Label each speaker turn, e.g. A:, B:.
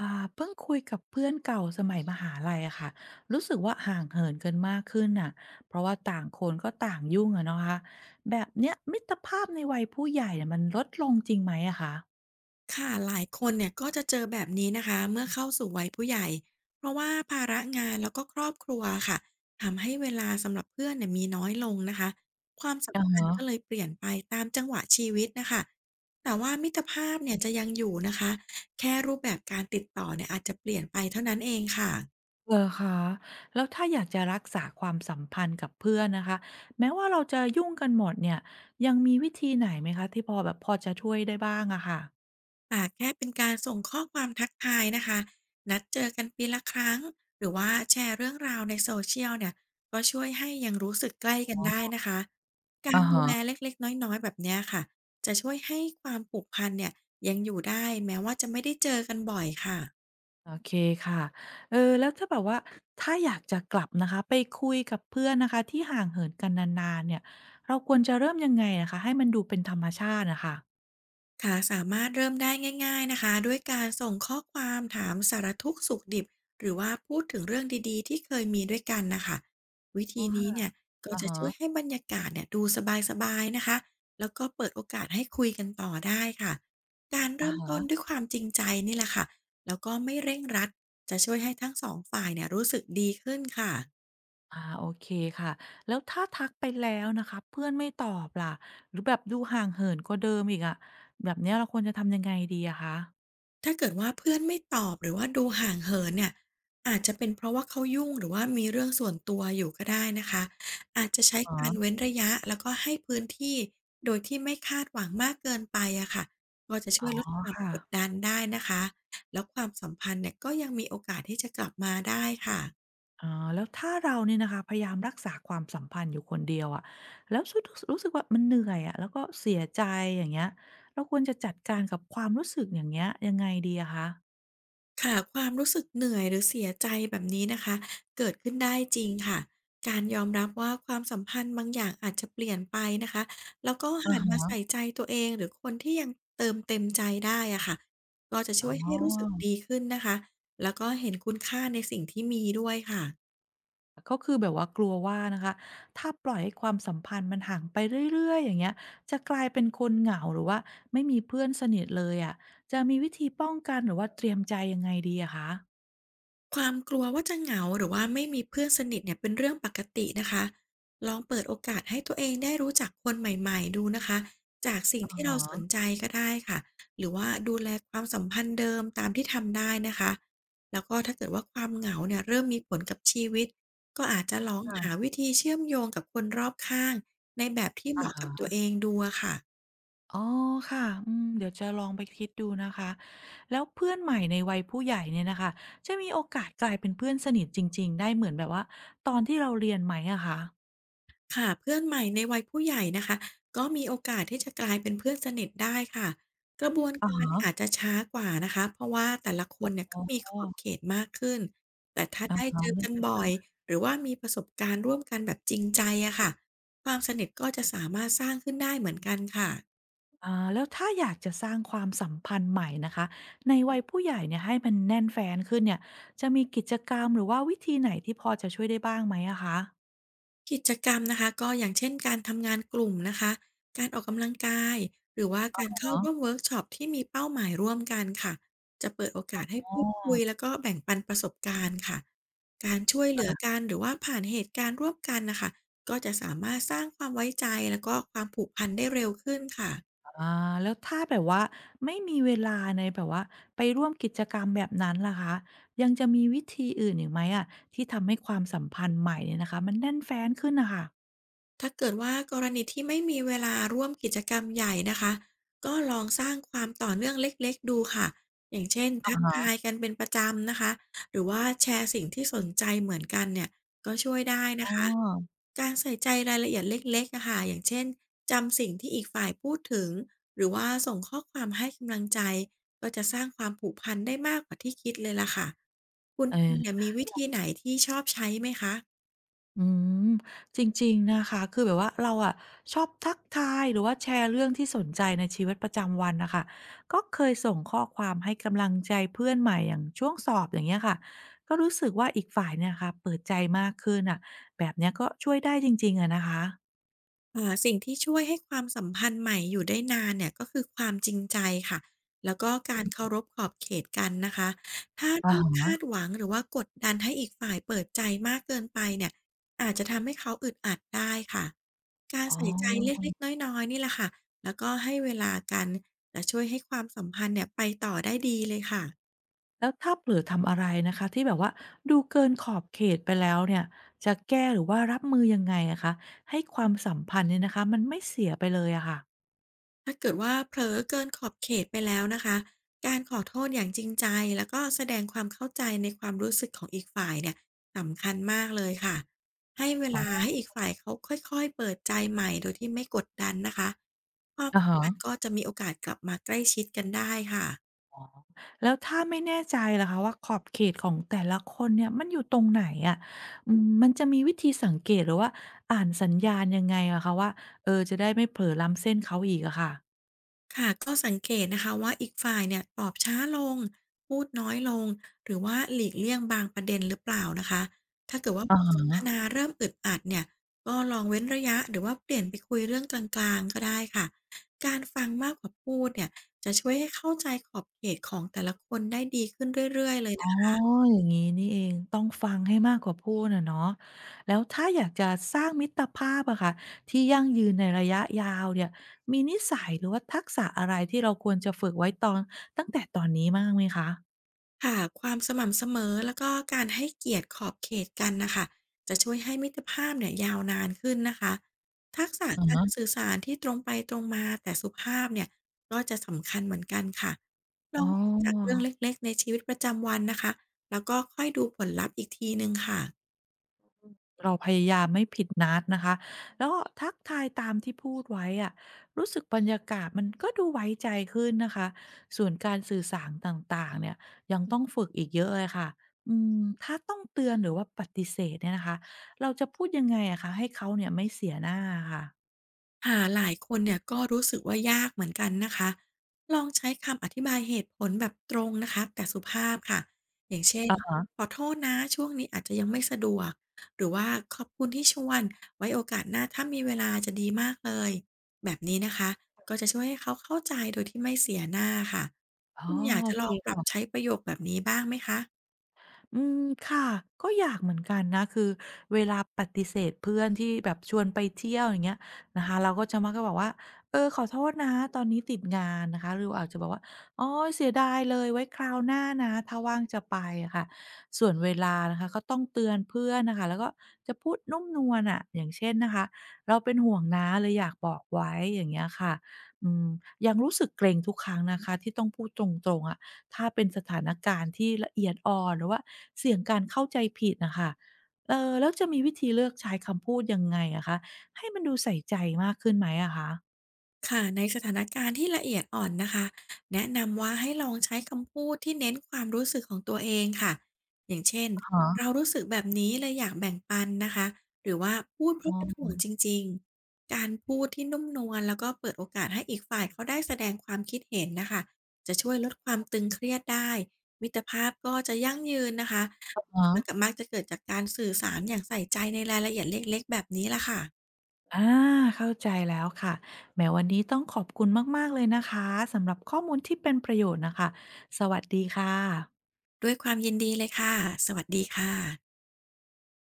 A: อ่าเพิ่งคุยกับเพื่อนเก่าสมัยมหาลัยอะค่ะรู้สึกว่าห่างเหินกันมากขึ้นน่ะเพราะว่าต่างคนก็ต่างยุ่งอะเนาะคะแบบเนี้ยมิตรภาพในวัยผู้ใหญ่เนี่ยมันลดลงจริงไหมอะคะ
B: ค่ะหลายคนเนี่ยก็จะเจอแบบนี้นะคะเมื่อเข้าสู่วัยผู้ใหญ่เพราะว่าภาระงานแล้วก็ครอบครัวค่ะทำให้เวลาสำหรับเพื่อนเนี่ยมีน้อยลงนะคะความสัม
A: อ๋อ
B: พันธ์ก็เลยเปลี่ยนไปตามจังหวะชีวิตนะคะแต่ว่ามิตรภาพเนี่ยจะยังอยู่นะคะแค่รูปแบบการติดต่อเนี่ยอาจจะเปลี่ยนไปเท่านั้นเองค่ะ
A: เหรอคะแล้วถ้าอยากจะรักษาความสัมพันธ์กับเพื่อนนะคะแม้ว่าเราจะยุ่งกันหมดเนี่ยยังมีวิธีไหนไหมคะที่พอแบบพอจะช่วยได้บ้างอะค่ะ
B: ค่ะแค่เป็นการส่งข้อความทักทายนะคะนัดเจอกันปีละครั้งหรือว่าแชร์เรื่องราวในโซเชียลเนี่ยก็ช่วยให้ยังรู้สึกใกล้กัน
A: อ๋
B: ได้
A: อ
B: นะคะการ
A: อา
B: ดูแล
A: ฮะ
B: เล็กๆน้อยๆแบบเนี้ยค่ะจะช่วยให้ความผูกพันเนี่ยยังอยู่ได้แม้ว่าจะไม่ได้เจอกันบ่อยค่ะ
A: โอเคค่ะเออแล้วถ้าแบบว่าถ้าอยากจะกลับนะคะไปคุยกับเพื่อนนะคะที่ห่างเหินกันนานๆเนี่ยเราควรจะเริ่มยังไงนะคะให้มันดูเป็นธรรมชาติน่ะค่ะ
B: ค่ะสามารถเริ่มได้ง่ายๆนะคะด้วยการส่งข้อความถามสารทุกข์สุขดิบหรือว่าพูดถึงเรื่องดีๆที่เคยมีด้วยกันนะคะวิ
A: อ๋อ
B: ธี
A: ค่ะ
B: นี้เนี่ยก็
A: อะ
B: จะ
A: ฮะ
B: ช่วยให้บรรยากาศเนี่ยดูสบายๆนะคะแล้วก็เปิดโอกาสให้คุยกันต่อได้ค่ะการ
A: อะ
B: เริ่ม
A: ฮะ
B: ต้นด้วยความจริงใจนี่แหละค่ะแล้วก็ไม่เร่งรัดจะช่วยให้ทั้งสองฝ่ายเนี่ยรู้สึกดีขึ้นค่ะ
A: อาโอเคค่ะแล้วถ้าทักไปแล้วนะคะเพื่อนไม่ตอบล่ะหรือแบบดูห่างเหินกว่าเดิมอีกอะแบบเนี้ยเราควรจะทำยังไงดีอะคะ
B: ถ้าเกิดว่าเพื่อนไม่ตอบหรือว่าดูห่างเหินเนี่ยอาจจะเป็นเพราะว่าเขายุ่งหรือว่ามีเรื่องส่วนตัวอยู่ก็ได้นะคะอาจจะใช้
A: อะ
B: กา
A: ฮะ
B: รเว้นระยะแล้วก็ให้พื้นที่โดยที่ไม่คาดหวังมากเกินไปอะค่ะก็จะช่
A: อ๋
B: ว
A: อ
B: ยลดความ
A: ค่ะ
B: กดดันได้นะคะแล้วความสัมพันธ์เนี่ยก็ยังมีโอกาสที่จะกลับมาได้ค่ะ
A: อ๋อแล้วถ้าเราเนี่ยนะคะพยายามรักษาความสัมพันธ์อยู่คนเดียวอะแล้วสุดรู้สึกว่ามันเหนื่อยอะแล้วก็เสียใจอย่างเงี้ยเราควรจะจัดการกับความรู้สึกอย่างเงี้ยยังไงดีอะคะ
B: ค่ะความรู้สึกเหนื่อยหรือเสียใจแบบนี้นะคะเกิดขึ้นได้จริงค่ะการยอมรับว่าความสัมพันธ์บางอย่างอาจจะเปลี่ยนไปนะคะแล้วก็
A: อะ
B: หันมา
A: ฮะ
B: ใส่ใจตัวเองหรือคนที่ยังเติมเต็มใจได้อะค่ะก็จะ
A: อ๋
B: ช่วยให้รู้สึก
A: อ
B: ดีขึ้นนะคะแล้วก็เห็นคุณค่าในสิ่งที่มีด้วยค่ะ
A: ก็คือแบบว่ากลัวว่านะคะถ้าปล่อยให้ความสัมพันธ์มันห่างไปเรื่อยๆอย่างเงี้ยจะกลายเป็นคนเหงาหรือว่าไม่มีเพื่อนสนิทเลยอะจะมีวิธีป้องกันหรือว่าเตรียมใจยังไงดีอะคะ
B: ความกลัวว่าจะเหงาหรือว่าไม่มีเพื่อนสนิทเนี่ยเป็นเรื่องปกตินะคะลองเปิดโอกาสให้ตัวเองได้รู้จักคนใหม่ๆดูนะคะจากสิ่ง
A: อะ
B: ที่
A: ฮ
B: เราสน
A: ะ
B: ใจก็ได้ค่ะหรือว่าดูแลความสัมพันธ์เดิมตามที่ทำได้นะคะแล้วก็ถ้าเกิดว่าความเหงาเนี่ยเริ่มมีผลกับชีวิตก็อาจจะลอง
A: ค่ะ
B: หาวิธีเชื่อมโยงกับคนรอบข้างในแบบที่เห
A: อะ
B: มาะกับตั
A: ฮะ
B: วเองดูอะค่ะ
A: อ๋อค่ะอืมเดี๋ยวจะลองไปคิดดูนะคะแล้วเพื่อนใหม่ในวัยผู้ใหญ่เนี่ยนะคะจะมีโอกาสกลายเป็นเพื่อนสนิทจริงๆได้เหมือนแบบว่าตอนที่เราเรียนไหมอะคะ
B: ค่ะเพื่อนใหม่ในวัยผู้ใหญ่นะคะก็มีโอกาสที่จะกลายเป็นเพื่อนสนิทได้ค่ะกระบวน
A: อะ
B: การอาจ
A: ฮะ
B: จะช้ากว่านะคะเพราะว่าแต่ละคนเนี่ย
A: อ๋
B: ก็
A: อ
B: มีขอบเขตมากขึ้นแต่ถ้า
A: อะ
B: ได้
A: ฮะ
B: เจอ
A: น่า
B: กัน
A: จะ
B: บ่อย
A: ใช่
B: หรือว่ามีประสบการณ์ร่วมกันแบบจริงใจอะค่ะความสนิทก็จะสามารถสร้างขึ้นได้เหมือนกันค่ะ
A: แล้วถ้าอยากจะสร้างความสัมพันธ์ใหม่นะคะในวัยผู้ใหญ่เนี่ยให้มันแน่นแฟ้นขึ้นเนี่ยจะมีกิจกรรมหรือว่าวิธีไหนที่พอจะช่วยได้บ้างไหมอะคะ
B: กิจกรรมนะคะก็อย่างเช่นการทำงานกลุ่มนะคะการออกกำลังกายหรือว่าการเข้า
A: อะ
B: ร่วมเวิร์กช็อปที่มีเป้าหมายร่วมกันค่ะจะเปิดโอ
A: อ
B: กาสให้
A: อ๋
B: พูด
A: อ
B: คุยแล้วก็แบ่งปันประสบการณ์ค่ะการช่วยเหลือ
A: ค่ะ
B: กันหรือว่าผ่านเหตุการณ์ร่วมกันนะคะก็จะสามารถสร้างความไว้ใจแล้วก็ความผูกพันได้เร็วขึ้นค่ะ
A: อาแล้วถ้าแบบว่าไม่มีเวลาในแบบว่าไปร่วมกิจกรรมแบบนั้นล่ะคะยังจะมีวิธีอื่นอีกไหมอะที่ทำให้ความสัมพันธ์ใหม่เนี่ยนะคะมันแน่นแฟ้นขึ้นน่ะค่ะ
B: ถ้าเกิดว่ากรณีที่ไม่มีเวลาร่วมกิจกรรมใหญ่นะคะก็ลองสร้างความต่อเนื่องเล็กๆดูค่ะอย่างเช่นทักทายกันเป็นประจำนะคะหรือว่าแชร์สิ่งที่สนใจเหมือนกันเนี่ยก็ช่วยได้
A: อ๋อ
B: นะคะการใส่ใจรายละเอียดเล็กๆอะค่ะอย่างเช่นจำสิ่งที่อีกฝ่ายพูดถึงหรือว่าส่งข้อความให้กำลังใจก็จะสร้างความผูกพันได้มากกว่าที่คิดเลยล่ะค่ะคุณเองเนี่ย
A: เออ
B: มีวิธีไหนที่ชอบใช้ไหมคะ
A: อืมจริงๆนะคะคือแบบว่าเราอะชอบทักทายหรือว่าแชร์เรื่องที่สนใจในชีวิตประจำวันน่ะค่ะก็เคยส่งข้อความให้กำลังใจเพื่อนใหม่อย่างช่วงสอบอย่างเงี้ยค่ะก็รู้สึกว่าอีกฝ่ายเนี่ยค่ะเปิดใจมากขึ้นน่ะแบบเนี้ยก็ช่วยได้จริงๆอะนะคะ
B: สิ่งที่ช่วยให้ความสัมพันธ์ใหม่อยู่ได้นานเนี่ยก็คือความจริงใจค่ะแล้วก็การเคารพขอบเขตกันนะคะถ้า
A: อะ
B: รี
A: ฮ
B: บ
A: ะ
B: คาดหวังหรือว่ากดดันให้อีกฝ่ายเปิดใจมากเกินไปเนี่ยอาจจะทำให้เขาอึดอัดได้ค่ะการ
A: อ๋อ
B: ใส่ใจเล็กๆน้อยๆนี่แหละค่ะแล้วก็ให้เวลากันจะช่วยให้ความสัมพันธ์เนี่ยไปต่อได้ดีเลยค่ะ
A: แล้วถ้าเผลอทำอะไรนะคะที่แบบว่าดูเกินขอบเขตไปแล้วเนี่ยจะแก้หรือว่ารับมือยังไงอะคะให้ความสัมพันธ์เนี่ยนะคะมันไม่เสียไปเลยอะค่ะ
B: ถ้าเกิดว่าเผลอเกินขอบเขตไปแล้วนะคะ การขอโทษอย่างจริงใจแล้วก็แสดงความเข้าใจในความรู้สึกของอีกฝ่ายเนี่ยสำคัญมากเลยค่ะ ให้เว
A: อ๋
B: ลา
A: อ
B: ให้อีกฝ่ายเขาค่อยๆเปิดใจใหม่โดยที่ไม่กดดันนะคะความ
A: อะ
B: สัม
A: ฮะ
B: พันธ์ก็จะมีโอกาสกลับมาใกล้ชิดกันได้ค่ะ
A: อ๋อแล้วถ้าไม่แน่ใจล่ะคะว่าขอบเขตของแต่ละคนเนี่ยมันอยู่ตรงไหนอะอืมมันจะมีวิธีสังเกตหรือว่าอ่านสัญญาณยังไงอะคะว่าเออจะได้ไม่เผลอล้ำเส้นเขาอีกอะค่ะ
B: ค่ะก็สังเกตนะคะว่าอีกฝ่ายเนี่ยตอบช้าลงพูดน้อยลงหรือว่าหลีกเลี่ยงบางประเด็นหรือเปล่านะคะถ้าเกิดว่าบ
A: อะฮ
B: ทสนท
A: ะ
B: นาเริ่มอึดอัดเนี่ยก็ลองเว้นระยะหรือว่าเปลี่ยนไปคุยเรื่องกลางๆก็ได้ค่ะการฟังมากกว่าพูดเนี่ยจะช่วยให้เข้าใจขอบเขตของแต่ละคนได้ดีขึ้นเรื่อยๆเลย
A: อ๋อ
B: นะคะ
A: อย่างงี้นี่เองต้องฟังให้มากกว่าพูดอะเนาะแล้วถ้าอยากจะสร้างมิตรภาพอะค่ะที่ยั่งยืนในระยะยาวเนี่ยมีนิสัยหรือว่าทักษะอะไรที่เราควรจะฝึกไว้ตอนตั้งแต่ตอนนี้บ้างไหมคะ
B: ค่ะความสม่ำเสมอแล้วก็การให้เกียรติขอบเขตกันนะคะจะช่วยให้มิตรภาพเนี่ยยาวนานขึ้นนะคะทักษะ
A: อะ
B: กา
A: ฮะ
B: รสื่อสารที่ตรงไปตรงมาแต่สุภาพเนี่ยก็จะสำคัญเหมือนกันค่ะล
A: อ๋อ
B: องฝึกจากเรื่องเล็กๆในชีวิตประจำวันนะคะแล้วก็ค่อยดูผลลัพธ์อีกทีหนึ่งค่ะ
A: เราพยายามไม่ผิดนัดนะคะ แล้วก็ทักทายตามที่พูดไว้อะรู้สึกบรรยากาศมันก็ดูไว้ใจขึ้นนะคะ ส่วนการสื่อสารต่างๆเนี่ยยังต้องฝึกอีกเยอะเลยค่ะอืมถ้าต้องเตือนหรือว่าปฏิเสธเนี่ยนะคะเราจะพูดยังไงอะคะให้เขาเนี่ยไม่เสียหน้าอะค่ะ
B: ค่ะหลายคนเนี่ยก็รู้สึกว่ายากเหมือนกันนะคะลองใช้คำอธิบายเหตุผลแบบตรงนะคะแต่สุภาพค่ะอย่างเช่น
A: อะฮะ
B: ขอโทษนะช่วงนี้อาจจะยังไม่สะดวกหรือว่าขอบคุณที่ชวนไว้โอกาสหน้าถ้ามีเวลาจะดีมากเลยแบบนี้นะคะก็จะช่วยให้เขาเข้าใจโดยที่ไม่เสียหน้าค่ะ
A: อ๋อ
B: คุณอยาก
A: โอ
B: จะล
A: เค
B: องปรับ
A: ค่ะ
B: ใช้ประโยคแบบนี้บ้างไหมคะ
A: อืมค่ะก็อยากเหมือนกันนะคือเวลาปฏิเสธเพื่อนที่แบบชวนไปเที่ยวอย่างเงี้ยนะคะเราก็จะมักจะบอกว่าเออขอโทษนะตอนนี้ติดงานนะคะหรืออาจจะบอกว่าโอ๊ยเสียดายเลยไว้คราวหน้านะถ้าว่างจะไปอะค่ะส่วนเวลานะคะก็ต้องเตือนเพื่อนน่ะค่ะแล้วก็จะพูดนุ่มนวลอะอย่างเช่นนะคะเราเป็นห่วงนะเลยอยากบอกไว้อย่างเงี้ยค่ะอืมยังรู้สึกเกรงทุกครั้งนะคะที่ต้องพูดตรงๆอะ ถ้าเป็นสถานการณ์ที่ละเอียดอ่อนหรือว่าเสี่ยงการเข้าใจผิดน่ะค่ะเออแล้วจะมีวิธีเลือกใช้คำพูดยังไงอะคะให้มันดูใส่ใจมากขึ้นไหมอะคะ
B: ค่ะในสถานการณ์ที่ละเอียดอ่อนนะคะแนะนำว่าให้ลองใช้คำพูดที่เน้นความรู้สึกของตัวเองค่ะอย่างเช่น
A: อะฮะ
B: เรารู้สึกแบบนี้เลยอยากแบ่งปันนะคะหรือว่าพูดเพ
A: อ๋
B: ราะ
A: อ
B: เป็นห่วงจริงๆการพูดที่นุ่มนวลแล้วก็เปิดโอกาสให้อีกฝ่ายเขาได้แสดงความคิดเห็นนะคะจะช่วยลดความตึงเครียดได้มิตรภาพก็จะยั่งยืนนะคะ
A: อะ
B: มันก็
A: ฮะ
B: มักจะเกิดจากการสื่อสารอย่างใส่ใจในรายละเอียดเล็กๆแบบนี้ละค่ะ
A: อาเข้าใจแล้วค่ะแหมวันนี้ต้องขอบคุณมากๆเลยนะคะสำหรับข้อมูลที่เป็นประโยชน์น่ะค่ะสวัสดีค่ะ
B: ด้วยความยินดีเลยค่ะสวัสดีค่ะ